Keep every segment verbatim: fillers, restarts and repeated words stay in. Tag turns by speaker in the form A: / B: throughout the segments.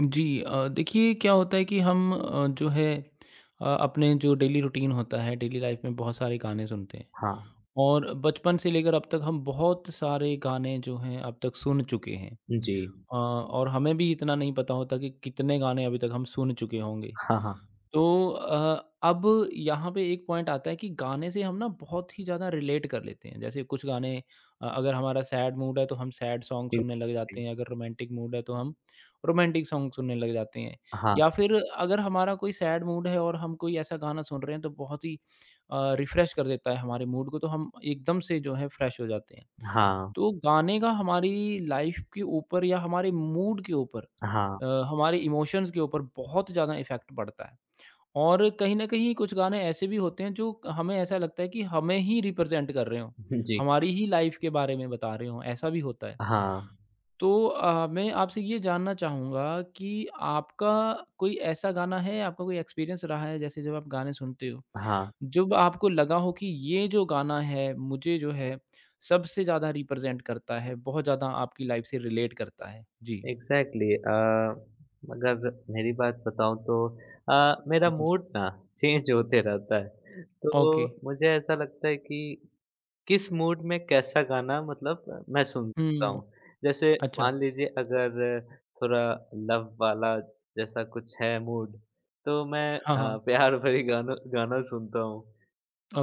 A: जी। अ, देखिए क्या होता है कि हम अ, जो है अ, अपने जो डेली रूटीन होता है डेली लाइफ में बहुत सारे गाने सुनते हैं।
B: हाँ,
A: और बचपन से लेकर अब तक हम बहुत सारे गाने जो हैं अब तक सुन चुके हैं।
B: जी।
A: अ, और हमें भी इतना नहीं पता होता कि कितने गाने अभी तक हम सुन चुके होंगे।
B: हाँ, हाँ।
A: तो अ, अब यहाँ पे एक पॉइंट आता है कि गाने से हम ना बहुत ही ज़्यादा रिलेट कर लेते हैं। जैसे कुछ गाने, अ, अगर हमारा सैड मूड है तो हम सैड सॉन्ग
B: जी,
A: सुनने लग जाते
B: जी।
A: हैं, अगर रोमांटिक मूड है तो हम रोमांटिक सॉन्ग सुनने लग जाते हैं।
B: हाँ,
A: या फिर अगर हमारा कोई सैड मूड है और हम कोई ऐसा गाना सुन रहे हैं तो बहुत ही अ, रिफ्रेश कर देता है हमारे मूड को, तो हम एकदम से जो है फ्रेश हो जाते हैं।
B: हाँ,
A: तो गाने का हमारी लाइफ के ऊपर या हमारे मूड के ऊपर,
B: हाँ,
A: अ, हमारे इमोशंस के ऊपर बहुत ज़्यादा इफ़ेक्ट पड़ता है। और कहीं न कहीं कुछ गाने ऐसे भी होते हैं जो हमें ऐसा लगता है कि हमें ही रिप्रेज़ेंट कर रहे हों,
B: जी।
A: हमारी ही लाइफ़ के बारे में बता रहे हों, ऐसा भी होता है।
B: हाँ,
A: तो अ, मैं आपसे ये जानना चाहूँगा कि आपका कोई ऐसा गाना है, आपका कोई एक्सपीरियंस रहा है जैसे जब आप गाने सुनते हो,
B: हाँ,
A: जब आपको लगा हो कि ये जो गाना है मुझे जो है सबसे ज़्यादा रिप्रेज़ेंट करता है, बहुत ज़्यादा आपकी लाइफ़ से रिलेट करता है? जी।
B: एग्ज़ैक्टली अ, अगर मेरी बात बताऊँ तो अ, मेरा
A: जी।
B: मूड ना चेंज होते रहता है।
A: ओके।
B: तो मुझे ऐसा लगता है कि किस मूड में कैसा गाना मतलब मैं सुन सकता
A: हुँ,
B: हूँ। जैसे
A: अच्छा।
B: मान लीजिए अगर थोड़ा लव वाला जैसा कुछ है मूड, तो मैं
A: हाँ,
B: अ,
A: हाँ।
B: प्यार भरे गानों गाना सुनता हूँ।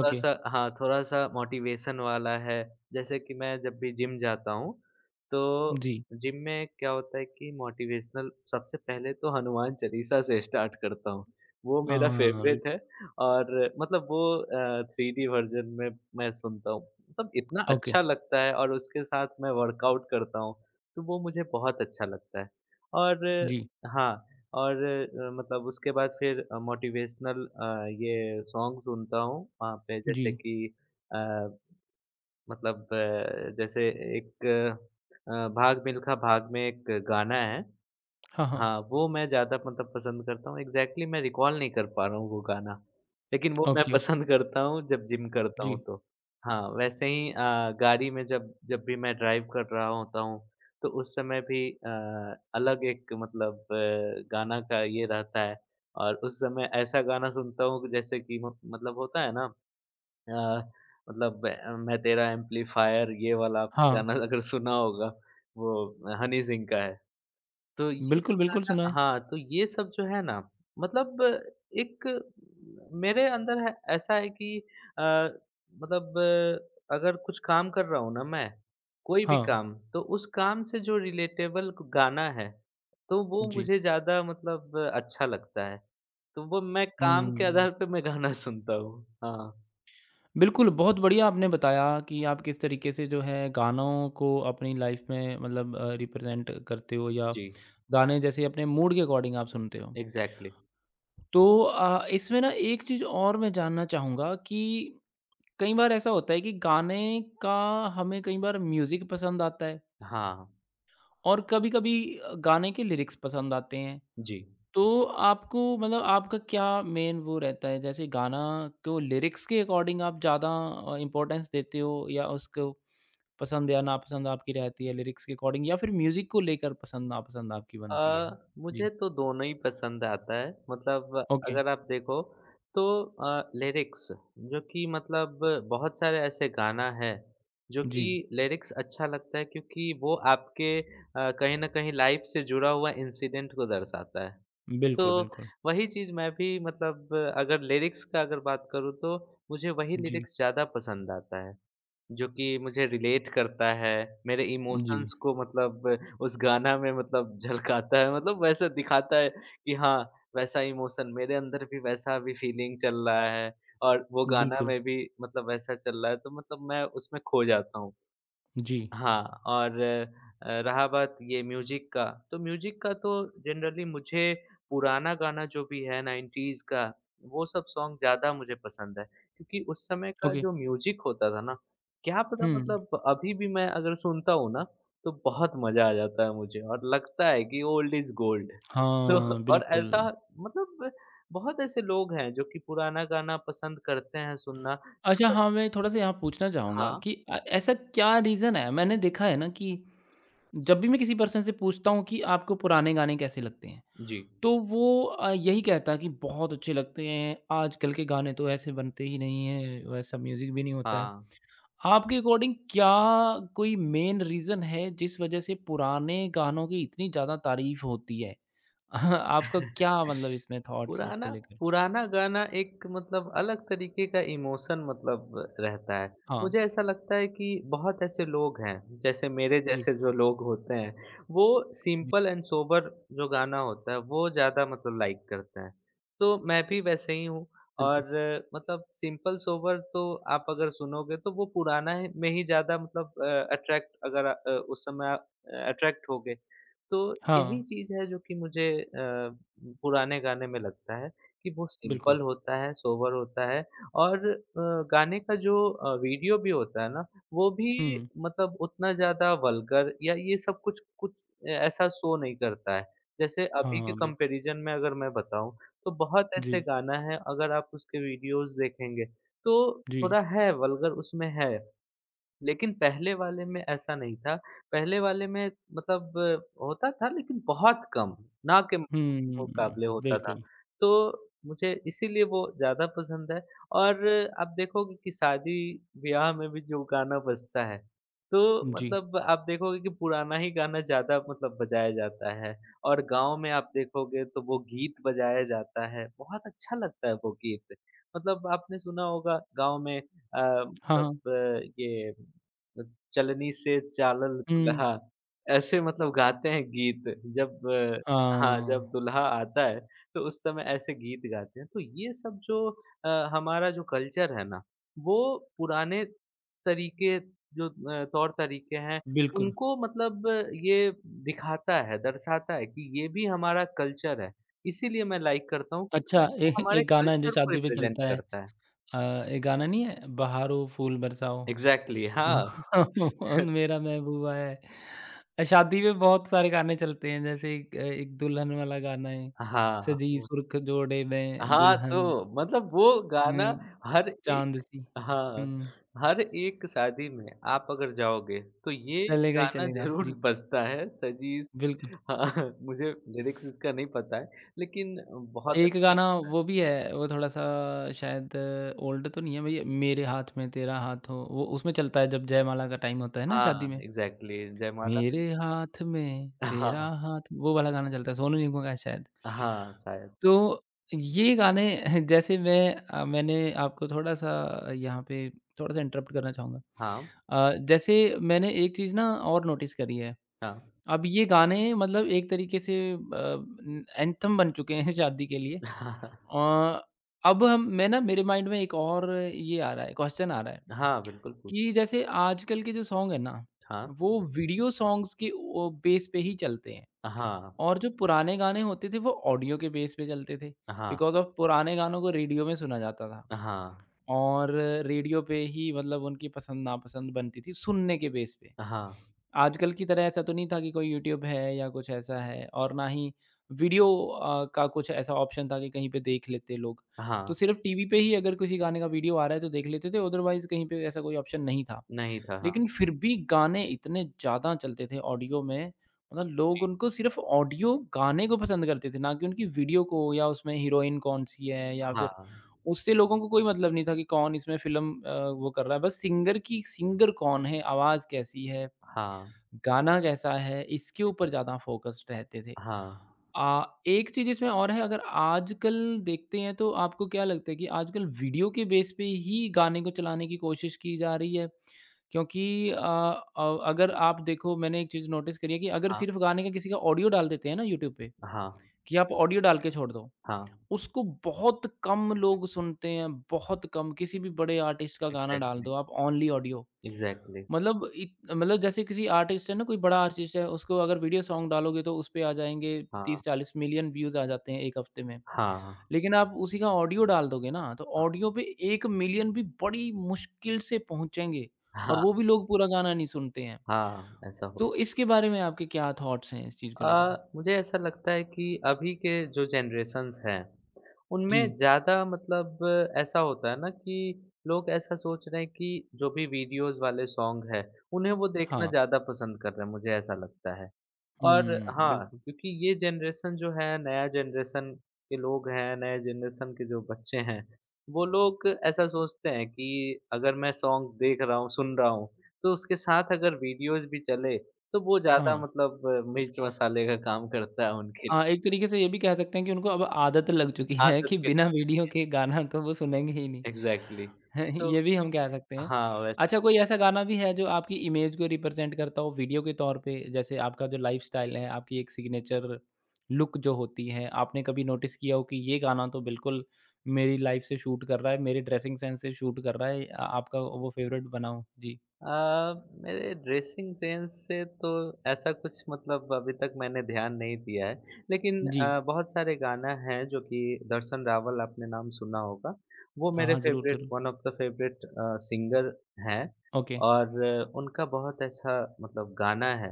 A: ओके।
B: हाँ, थोड़ा-सा मोटिवेशन वाला है। जैसे कि मैं जब भी जिम जाता हूँ, तो
A: जी।
B: जिम में क्या होता है कि मोटिवेशनल सबसे पहले तो हनुमान चालीसा से स्टार्ट करता हूँ। वो
A: अ,
B: मेरा फ़ेवरेट
A: बिल्कुल,
B: है और मतलब वो अ, थ्री डी वर्ज़न में मैं सुनता हूँ। मतलब इतना
A: ओके,
B: अच्छा लगता है और उसके साथ मैं वर्कआउट करता हूँ, तो वो मुझे बहुत अच्छा लगता है। और
A: जी,
B: हाँ। और अ, मतलब उसके बाद फिर अ, मोटिवेशनल अ, ये सॉन्ग सुनता हूँ वहाँ पे जैसे
A: जी,
B: कि अ, मतलब अ, जैसे एक अ, भाग मिल्खा भाग में एक गाना है।
A: हाँ, हाँ,
B: हाँ, वो मैं ज़्यादा मतलब पसंद करता हूँ। एग्ज़ैक्टली मैं रिकॉल नहीं कर पा रहा हूँ वो गाना। लेकिन वो मैं
A: ओके, ओके,
B: पसंद करता हूँ जब जिम करता हूँ
A: जी,
B: तो। हाँ, वैसे ही अ, गाड़ी में जब जब भी मैं ड्राइव कर रहा होता हूँ, तो उस समय भी अ, अलग एक मतलब अ, गाना का ये रहता है और उस समय ऐसा गाना सुनता हूँ कि जैसे कि म मतलब होता है ना। अ, मतलब अ, मैं तेरा एम्पलीफायर ये वाला आपने
A: हाँ,
B: गाना अगर सुना होगा, वो हनी सिंह का है। तो ये सब
A: बिल्कुल, बिल्कुल
B: गाना
A: सुना है,
B: हाँ, तो ये सब जो है ना मतलब एक मेरे अंदर है ऐसा है कि अ, मतलब अगर कुछ काम कर रहा हूँ ना मैं, कोई भी
A: हाँ,
B: काम, तो उस काम से जो रिलेटेबल क गाना है, तो वो
A: जी,
B: मुझे ज़्यादा मतलब अच्छा लगता है। तो वो मैं काम के
A: हुँ,
B: आधार पे मैं गाना सुनता हूँ। हाँ,
A: बिल्कुल, बहुत बढ़िया आपने बताया कि आप किस तरीके से जो है गानों को अपनी लाइफ में मतलब अ, रिप्रेज़ेंट करते हो या
B: जी,
A: गाने जैसे अपने मूड के अकॉर्डिंग आप सुनते हो।
B: एग्ज़ैक्टली।
A: तो अ, इसमें ना एक चीज़ और मैं जानना चाहूँगा कि कई बार ऐसा होता है कि गाने का हमें कई बार म्यूज़िक पसंद आता है
B: हाँ,
A: और कभी-कभी अ, गाने के लिरिक्स पसंद आते हैं।
B: जी।
A: तो आपको मतलब आपका क्या मेन वो रहता है जैसे गाना को लिरिक्स के अकॉर्डिंग आप ज़्यादा अ, इम्पोर्टेंस देते हो या उसको पसंद या नापसंद आपकी रहती है लिरिक्स के अकॉर्डिंग या फिर म्यूज़िक को लेकर पसंद नापसंद आपकी
B: अ,
A: बनती है?
B: मुझे
A: जी,
B: तो दोनों ही पसंद आता है मतलब
A: ओके,
B: अगर आप देखो तो अ, लिरिक्स जो कि मतलब बहुत सारे ऐसे गाना है जो कि
A: जी,
B: लिरिक्स अच्छा लगता है क्योंकि वो आपके अ, कहीं ना कहीं लाइफ से जुड़ा हुआ इंसिडेंट को दर्शाता है। तो
A: बिल्कुल, बिल्कुल।
B: वही चीज़ मैं भी मतलब अगर लिरिक्स का अगर बात करूँ तो मुझे वही
A: जी,
B: लिरिक्स ज़्यादा पसंद आता है जो कि मुझे रिलेट करता है, मेरे
A: जी,
B: इमोशंस को मतलब उस गाना में मतलब झलकाता है, मतलब वैसा दिखाता है कि हाँ, वैसा इमोशन मेरे अंदर भी वैसा अभी फीलिंग चल रहा है और वो गाना
A: बिल्कुल,
B: में भी मतलब वैसा चल रहा है, तो मतलब मैं उसमें खो जाता हूँ।
A: जी,
B: हाँ, और अ, रहा बात ये म्यूज़िक का, तो म्यूज़िक का तो जनरली मुझे पुराना गाना जो भी है नाइंटीज़ का, वो सब सॉन्ग ज़्यादा मुझे पसंद है। क्योंकि उस समय का
A: ओके,
B: जो म्यूज़िक होता था ना, क्या पता
A: हुँ,
B: मतलब अभी भी मैं अगर सुनता हूँ ना, तो बहुत मज़ा आ जाता है मुझे और लगता है कि ओल्ड इज़ गोल्ड। तो
A: हाँ,
B: और ऐसा
A: बिल्कुल।
B: मतलब बहुत ऐसे लोग हैं जो कि पुराना गाना पसंद करते हैं सुनना
A: अच्छा
B: मतलब।
A: हाँ, मैं थोड़ा-सा यहाँ पूछना चाहूँगा
B: हाँ,
A: कि अ, ऐसा क्या रीज़न है मैंने देखा है ना कि जब भी मैं किसी पर्सन से पूछता हूँ कि आपको पुराने गाने कैसे लगते हैं,
B: जी।
A: तो वो अ, यही कहता है कि बहुत अच्छे लगते हैं, आजकल के गाने तो ऐसे बनते ही नहीं हैं, वैसा म्यूज़िक भी नहीं होता है।
B: हाँ।
A: आपके अकॉर्डिंग क्या कोई मेन रीज़न है जिस वजह से पुराने गानों की इतनी ज़्यादा तारीफ़ होती है? आपका क्या मतलब इसमें थॉट्स हैं
B: पुराना
A: इसको लेकर?
B: पुराना गाना एक मतलब अलग तरीके का इमोशन मतलब रहता है।
A: हाँ,
B: मुझे ऐसा लगता है कि बहुत ऐसे लोग हैं, जैसे मेरे
A: जी,
B: जैसे जो लोग होते हैं, वो
A: जी,
B: सिंपल एंड सोबर जो गाना होता है, वो ज़्यादा मतलब लाइक करते हैं। तो मैं भी वैसे ही हूँ और
A: बिल्कुल।
B: मतलब सिंपल सोबर तो आप अगर सुनोगे तो वो पुराना ही में ही ज़्यादा मतलब अ, अट्रैक्ट अगर अ, उस समय अ, अट्रैक्ट होगे। तो
A: हाँ,
B: यही चीज़ है जो कि मुझे अ, पुराने गाने में लगता है कि वो
A: बिल्कुल।
B: सिंपल होता है, सोबर होता है और अ, गाने का जो अ, वीडियो भी होता है ना, वो भी
A: हुँ,
B: मतलब उतना ज़्यादा वल्गर या ये सब कुछ कुछ अ, ऐसा शो नहीं करता है। जैसे अभी के
A: हाँ, बिल्कुल।
B: कंपैरिज़न में अगर मैं बताऊँ, तो बहुत
A: जी,
B: ऐसे गाना है अगर आप उसके वीडियोज़ देखेंगे, तो
A: जी।
B: थोड़ा है वल्गर उसमें है। लेकिन पहले वाले में ऐसा नहीं था। पहले वाले में मतलब होता था लेकिन बहुत कम, ना के
A: हुँ,
B: मुकाबले होता था।
A: बिल्कुल।
B: तो मुझे इसीलिए वो ज़्यादा पसंद है और आप देखोगे कि शादी-ब्याह में भी जो गाना बजता है, तो
A: जी।
B: मतलब आप देखोगे कि पुराना ही गाना ज़्यादा मतलब बजाया जाता है और गाँव में आप देखोगे तो वो गीत बजाया जाता है। बहुत अच्छा लगता है वो गीत। मतलब आपने सुना होगा गाँव में अ,
A: हाँ,
B: मतलब
A: हाँ।
B: अ, ये अ, चलनी से चालल
A: हुँ।
B: दुल्हा ऐसे मतलब गाते हैं गीत जब अ, हाँ,
A: हाँ,
B: जब दुल्हा आता है तो उस समय ऐसे गीत गाते हैं। तो ये सब जो अ, हमारा जो कल्चर है ना, वो पुराने तरीके जो अ, तौर-तरीके हैं
A: बिल्कुल।
B: उनको मतलब अ, ये दिखाता है, दर्शाता है कि ये भी हमारा कल्चर है। इसीलिए मैं लाइक करता हूँ क्योंकि
A: अच्छा, ए
B: वो हमारे
A: एक गाना है जो
B: कल्चर को
A: शादी पे
B: रिप्रेज़ेंट
A: चलता है,
B: करता है।
A: अ, एक गाना नहीं है, बहारो फूल बरसाओ।
B: एग्ज़ैक्टली हाँ।
A: कौन मेरा महबूबा है। अ, शादी में बहुत सारे गाने चलते हैं जैसे एक अ, एक दुल्हन वाला गाना है,
B: हाँ,
A: सजी
B: वो
A: सुर्ख जोड़े में
B: हाँ,
A: दुल्हन,
B: तो मतलब वो गाना
A: हुँ,
B: हर
A: चाँद
B: एक
A: सी।
B: हाँ,
A: हुँ,
B: हर एक शादी में आप अगर जाओगे तो ये
A: चलेगा ही
B: गाना
A: चलेगा।
B: ज़रूर
A: जी,
B: बजता है सजीश।
A: बिल्कुल।
B: हाँ, मुझे लिरिक्स इसका नहीं पता है लेकिन बहुत
A: एक
B: अच्छा है।
A: गाना वो भी है, वो थोड़ा-सा शायद ओल्ड तो नहीं है भई, मेरे हाथ में तेरा हाथ हो, वो उसमें चलता है जब जयमाला का टाइम होता है ना शादी
B: हाँ,
A: में।
B: एग्ज़ैक्टली जयमाला।
A: मेरे हाथ में तेरा
B: हाँ,
A: हाथ वो वाला गाना चलता है, सोनू निगम का है शायद।
B: हाँ, शायद।
A: तो ये गाने जैसे मैं अ, मैंने आपको थोड़ा-सा यहाँ पे थोड़ा-सा इंटरप्ट करना चाहूँगा।
B: हाँ,
A: अ, जैसे मैंने एक चीज़ ना और नोटिस करी है,
B: हाँ।
A: अब ये गाने मतलब एक तरीके से अ, एंथम बन चुके हैं शादी के लिए। अ, अब हम मैं ना मेरे माइंड में एक और ये आ रहा है, क्वेश्चन आ रहा है
B: हाँ, बिल्कुल पूछ।
A: कि जैसे आजकल के जो सॉन्ग है ना,
B: हाँ,
A: वो वीडियो सॉन्ग्स के ओ बेस पे ही चलते हैं
B: हाँ,
A: और जो पुराने गाने होते थे वो ऑडियो के बेस पे चलते थे।
B: हाँ,
A: बिकॉज़ ऑफ पुराने गानों को रेडियो में सुना जाता था
B: हाँ,
A: और रेडियो पे ही मतलब उनकी पसंद नापसंद बनती थी सुनने के बेस पे।
B: हाँ,
A: आजकल की तरह ऐसा तो नहीं था कि कोई यूट्यूब है या कुछ ऐसा है और ना ही वीडियो अ, का कुछ ऐसा ऑप्शन था कि कहीं पे देख लेते लोग।
B: हाँ,
A: तो सिर्फ़ टीवी पे ही अगर किसी गाने का वीडियो आ रहा है तो देख लेते थे, अदरवाइज़ कहीं पे ऐसा कोई ऑप्शन नहीं था।
B: नहीं था। हाँ,
A: लेकिन फिर भी गाने इतने ज़्यादा चलते थे ऑडियो में, मतलब लोग
B: जी।
A: उनको सिर्फ़ ऑडियो गाने को पसंद करते थे, ना कि उनकी वीडियो को या उसमें हीरोइन कौन-सी है या फिर
B: हाँ,
A: उससे लोगों को कोई मतलब नहीं था कि कौन इसमें फ़िल्म अ, वो कर रहा है, बस सिंगर की सिंगर कौन है, आवाज़ कैसी है,
B: हाँ,
A: गाना कैसा है, इसके ऊपर ज़्यादा फ़ोकस्ड रहते थे।
B: हाँ,
A: अ, एक चीज़ इसमें और है, अगर आजकल देखते हैं तो आपको क्या लगता है कि आजकल वीडियो के बेस पे ही गाने को चलाने की कोशिश की जा रही है? क्योंकि अ अ, अगर आप देखो मैंने एक चीज़ नोटिस करी है कि अगर
B: हाँ।
A: सिर्फ़ गाने का किसी का ऑडियो डाल देते हैं ना यूट्यूब पे,
B: हाँ,
A: कि आप ऑडियो डाल के छोड़ दो,
B: हाँ।
A: उसको बहुत कम लोग सुनते हैं, बहुत कम। किसी भी बड़े आर्टिस्ट का गाना डाल
B: एग्ज़ैक्टली,
A: दो आप ओनली ऑडियो,
B: एग्ज़ैक्टली।
A: मतलब इत मतलब जैसे किसी आर्टिस्ट है ना, कोई बड़ा आर्टिस्ट है, उसको अगर वीडियो सॉन्ग डालोगे तो उसपे आ जाएँगे
B: हाँ,
A: तीस चालीस मिलियन व्यूज़ आ जाते हैं एक हफ्ते में।
B: हाँ,
A: लेकिन आप उसी का ऑडियो डाल दोगे ना, तो ऑडियो पे एक मिलियन भी बड़ी मुश्किल से पहुँचेंगे और
B: हाँ,
A: वो भी लोग पूरा गाना नहीं सुनते हैं।
B: हाँ, ऐसा।
A: तो इसके बारे में आपके क्या थॉट्स हैं इस चीज़ को लेकर?
B: अ, मुझे ऐसा लगता है कि अभी के जो जनरेशंस हैं,
A: जी।
B: उनमें ज़्यादा मतलब ऐसा होता है ना कि लोग ऐसा सोच रहे हैं कि जो भी वीडियोज़ वाले सॉन्ग हैं, उन्हें वो देखना
A: हाँ।
B: ज़्यादा पसंद कर रहे हैं, मुझे ऐसा लगता है। और
A: हुँ,
B: हाँ,
A: बिल्कुल।
B: क्योंकि ये जनरेशन जो है, नया जनरेशन के लोग हैं, नए जनरेशन के जो बच्चे हैं, वो लोग ऐसा सोचते हैं कि अगर मैं सॉन्ग देख रहा हूँ, सुन रहा हूँ, तो उसके साथ अगर वीडियोज़ भी चले, तो वो
A: हाँ।
B: ज़्यादा मतलब अ, मिर्च मसाले का काम करता है उनके लिए,
A: हाँ, एक तरीके से ये भी कह सकते हैं कि उनको अब आदत लग चुकी है कि
B: आदत के लग
A: बिना वीडियो के गाना तो वो सुनेंगे ही नहीं।
B: एग्ज़ैक्टली।
A: हैं,
B: तो
A: ये भी हम कह सकते हैं।
B: हाँ, वैसे
A: अच्छा, कोई ऐसा गाना भी है जो आपकी इमेज को रिप्रेज़ेंट करता हो वीडियो के तौर पे? जैसे आपका जो लाइफ़स्टाइल है, आपकी एक सिग्नेचर लुक जो होती है, आपने कभी नोटिस किया हो कि ये गाना तो बिल्कुल मेरी लाइफ़ से शूट कर रहा है, मेरे ड्रेसिंग सेंस से शूट कर रहा है। अ, आपका वो फ़ेवरेट बना हो? जी।
B: अ, मेरे ड्रेसिंग सेंस से तो ऐसा कुछ मतलब अभी तक मैंने ध्यान नहीं दिया है, लेकिन
A: जी।
B: अ, बहुत सारे गाना हैं जो कि दर्शन रावल आपने नाम सुना होगा, वो
A: हाँ,
B: मेरे
A: हाँ, ज़रूर,
B: फ़ेवरेट
A: ज़रूर।
B: One of the favourite uh, singer हैं
A: ओके।
B: और आ, उनका बहुत अच्छा मतलब गाना है,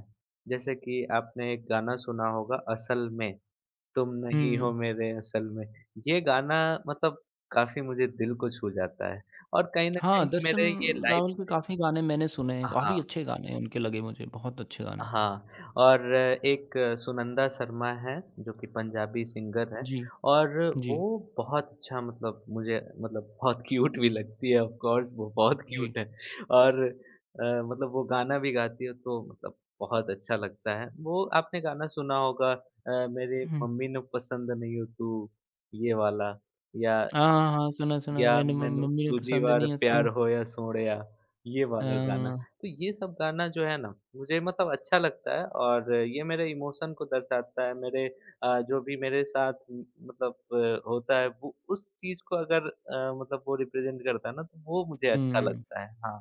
B: जैसे कि आपने एक गाना सुना होगा असल में। तुम नहीं हो
A: हुँ।
B: मेरे असल में। ये गाना मतलब काफ़ी मुझे दिल को छू जाता है और कहीं न
A: हाँ,
B: कहीं
A: दर्शन
B: मेरे ये लाइफ
A: रावल के
B: से।
A: काफ़ी गाने मैंने सुने हैं,
B: हाँ।
A: काफ़ी अच्छे गाने हैं उनके, लगे मुझे, बहुत अच्छे गाने हैं।
B: हाँ, और एक सुनंदा शर्मा हैं, जो कि पंजाबी सिंगर हैं
A: जी,
B: और वो
A: जी,
B: बहुत अच्छा मतलब मुझे मतलब बहुत क्यूट भी लगती है ऑफ़ कोर्स वो बहुत
A: जी।
B: क्यूट है और अ, मतलब वो गाना भी गाती है तो मतलब बहुत अच्छा लगता है। वो आपने गाना सुना होगा अ, मेरे
A: हुँ।
B: मम्मी ने पसंद नहीं हो तू, ये वाला या
A: हाँ, हाँ, हाँ, सुना, सुना है
B: या
A: मैंने मम
B: मैनू
A: मम्मी ने
B: दूजी
A: पसंद
B: बार
A: नहीं है
B: प्यार
A: तुम।
B: होया सोहणिया ये
A: अ,
B: वाला गाना। तो ये सब गाना जो है ना मुझे मतलब अच्छा लगता है और ये मेरे इमोशन को दर्शाता है मेरे अ, जो भी मेरे साथ म मतलब अ, होता है वो उस चीज़ को अगर अ, मतलब वो रिप्रेजेंट करता है ना तो वो मुझे अच्छा
A: हुँ।
B: लगता है। हाँ,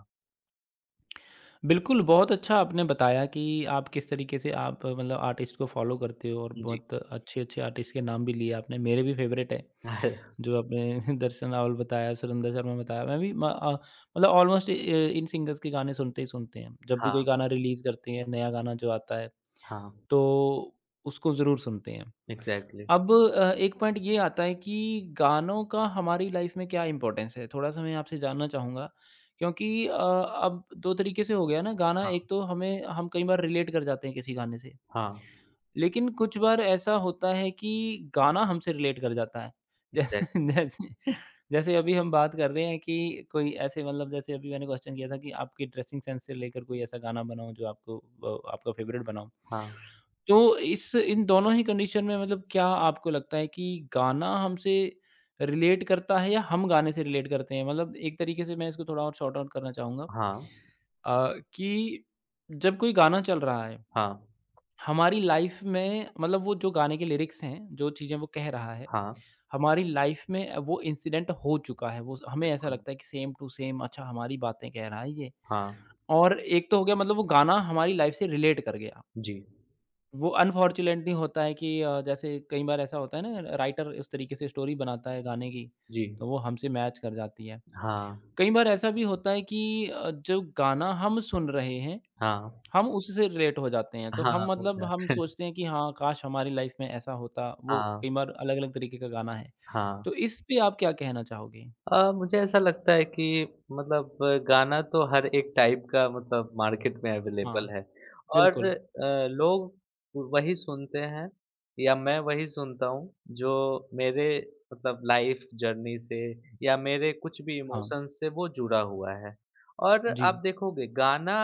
A: बिल्कुल, बहुत अच्छा आपने बताया कि आप किस तरीके से आप अ, मतलब आर्टिस्ट को फ़ॉलो करते हो और
B: जी।
A: बहुत अच्छे-अच्छे आर्टिस्ट के नाम भी लिए आपने, मेरे भी फ़ेवरेट हैं। जो आपने दर्शन रावल बताया, सुरिंदर शर्मा बताया, मैं भी म अ, मतलब ऑलमोस्ट इ इन सिंगर्स के गाने सुनते ही सुनते हैं। जब भी
B: हाँ,
A: कोई गाना रिलीज़ करते हैं, नया गाना जो आता है,
B: हाँ।
A: तो उसको ज़रूर सुनते हैं।
B: एग्ज़ैक्टली।
A: अब अ, एक पॉइंट ये आता है कि गानों का हमारी लाइफ में क्या इम्पोर्टेंस है? थोड़ा-सा मैं आपसे जानना चाहूँगा क्योंकि अ, अब दो तरीके से हो गया ना गाना,
B: हाँ,
A: एक तो हमें हम कई बार रिलेट कर जाते हैं किसी गाने से।
B: हाँ।
A: लेकिन कुछ बार ऐसा होता है कि गाना हमसे रिलेट कर जाता है। जैसे
B: एग्ज़ैक्ट
A: जैसे जैसे अभी हम बात कर रहे हैं कि कोई ऐसे मतलब जैसे अभी मैंने क्वेश्चन किया था कि आपके ड्रेसिंग सेंस से लेकर कोई ऐसा गाना बनाओ जो आपको अ, आपका फेवरेट बनाओ।
B: हाँ,
A: तो इस इन दोनों ही कंडीशन में मतलब क्या आपको लगता है कि गाना हमसे रिलेट करता है या हम गाने से रिलेट करते हैं? मतलब एक तरीके से मैं इसको थोड़ा और सॉर्ट आउट करना चाहूँगा
B: हाँ,
A: अ, कि जब कोई गाना चल रहा है
B: हाँ,
A: हमारी लाइफ में मतलब वो जो गाने के लिरिक्स हैं, जो चीज़ें वो कह रहा है,
B: हाँ,
A: हमारी लाइफ में वो इंसिडेंट हो चुका है। वो हमें ऐसा
B: बिल्कुल।
A: लगता है कि सेम टू सेम अच्छा हमारी बातें कह रहा है ये।
B: हाँ,
A: और एक तो हो गया मतलब वो गाना हमारी लाइफ से रिलेट कर गया।
B: जी,
A: वो अनफॉर्चुनेटली होता है कि अ, जैसे कई बार ऐसा होता है ना राइटर उस तरीके से स्टोरी बनाता है गाने की,
B: जी।
A: तो वो हमसे मैच कर जाती है।
B: हाँ,
A: कई बार ऐसा भी होता है कि अ, जो गाना हम सुन रहे हैं
B: हाँ।
A: हम उससे रिलेट हो जाते हैं। तो हम
B: हाँ, हो
A: मतलब हम
B: जाता
A: सोचते हैं कि हाँ, काश हमारी लाइफ़ में ऐसा होता। वो
B: हाँ,
A: कई बार अलग-अलग तरीके का गाना है।
B: हाँ।
A: तो इस पे आप क्या कहना चाहोगे?
B: अ, मुझे ऐसा लगता है कि मतलब गाना तो हर एक टाइप का मतलब मार्केट में
A: हाँ,
B: अवेलेबल है और
A: बिल्कुल।
B: अ, लोग वही सुनते हैं या मैं वही सुनता हूँ जो मेरे मतलब लाइफ़ जर्नी से या मेरे कुछ भी
A: हाँ,
B: इमोशंस से वो जुड़ा हुआ है। और
A: जी।
B: आप देखोगे गाना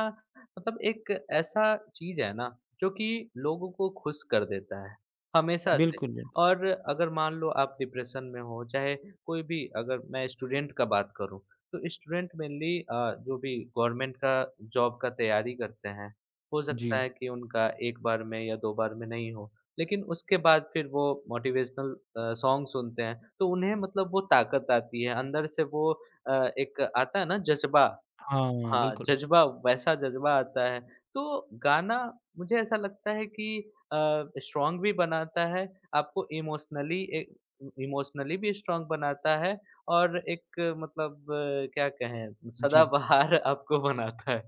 B: मतलब एक ऐसा चीज़ है ना, जो कि लोगों को खुश कर देता है, हमेशा से।
A: बिल्कुल, बिल्कुल।
B: और अगर मान लो आप डिप्रेशन में हो, चाहे कोई भी अगर मैं स्टूडेंट का बात करूँ, तो स्टूडेंट मेनली अ, जो भी गवर्नमेंट का जॉब का तैयारी करते हैं, हो
A: जी।
B: सकता है कि उनका एक बार में या दो बार में नहीं हो, लेकिन उसके बाद फिर वो मोटिवेशनल अ, सॉन्ग सुनते हैं, तो उन्हें मतलब वो ताकत आती है, अंदर से वो अ, एक आता है ना जज़्बा।
A: हाँ,
B: हाँ,
A: बिल्कुल।
B: जज़्बा वैसा जज़्बा आता है। तो गाना मुझे ऐसा लगता है कि अ, स्ट्रॉन्ग भी बनाता है, आपको इमोशनली ए इमोशनली भी स्ट्रॉन्ग बनाता है और एक अ, मतलब अ, क्या कहें
A: जी,
B: सदाबहार आपको बनाता है।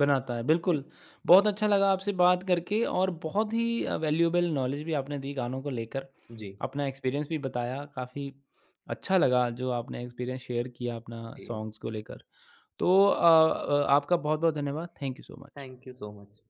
A: बनाता है, बिल्कुल। बहुत अच्छा लगा आपसे बात करके और बहुत ही अ, वैल्यूएबल नॉलेज भी आपने दी गानों को लेकर।
B: जी,
A: अपना एक्सपीरियंस भी बताया, काफ़ी अच्छा लगा जो आपने एक्सपीरियंस शेयर किया अपना
B: जी।
A: सॉन्ग्स को लेकर। तो अ अ, आपका बहुत-बहुत धन्यवाद। Thank you so much.
B: Thank you so much.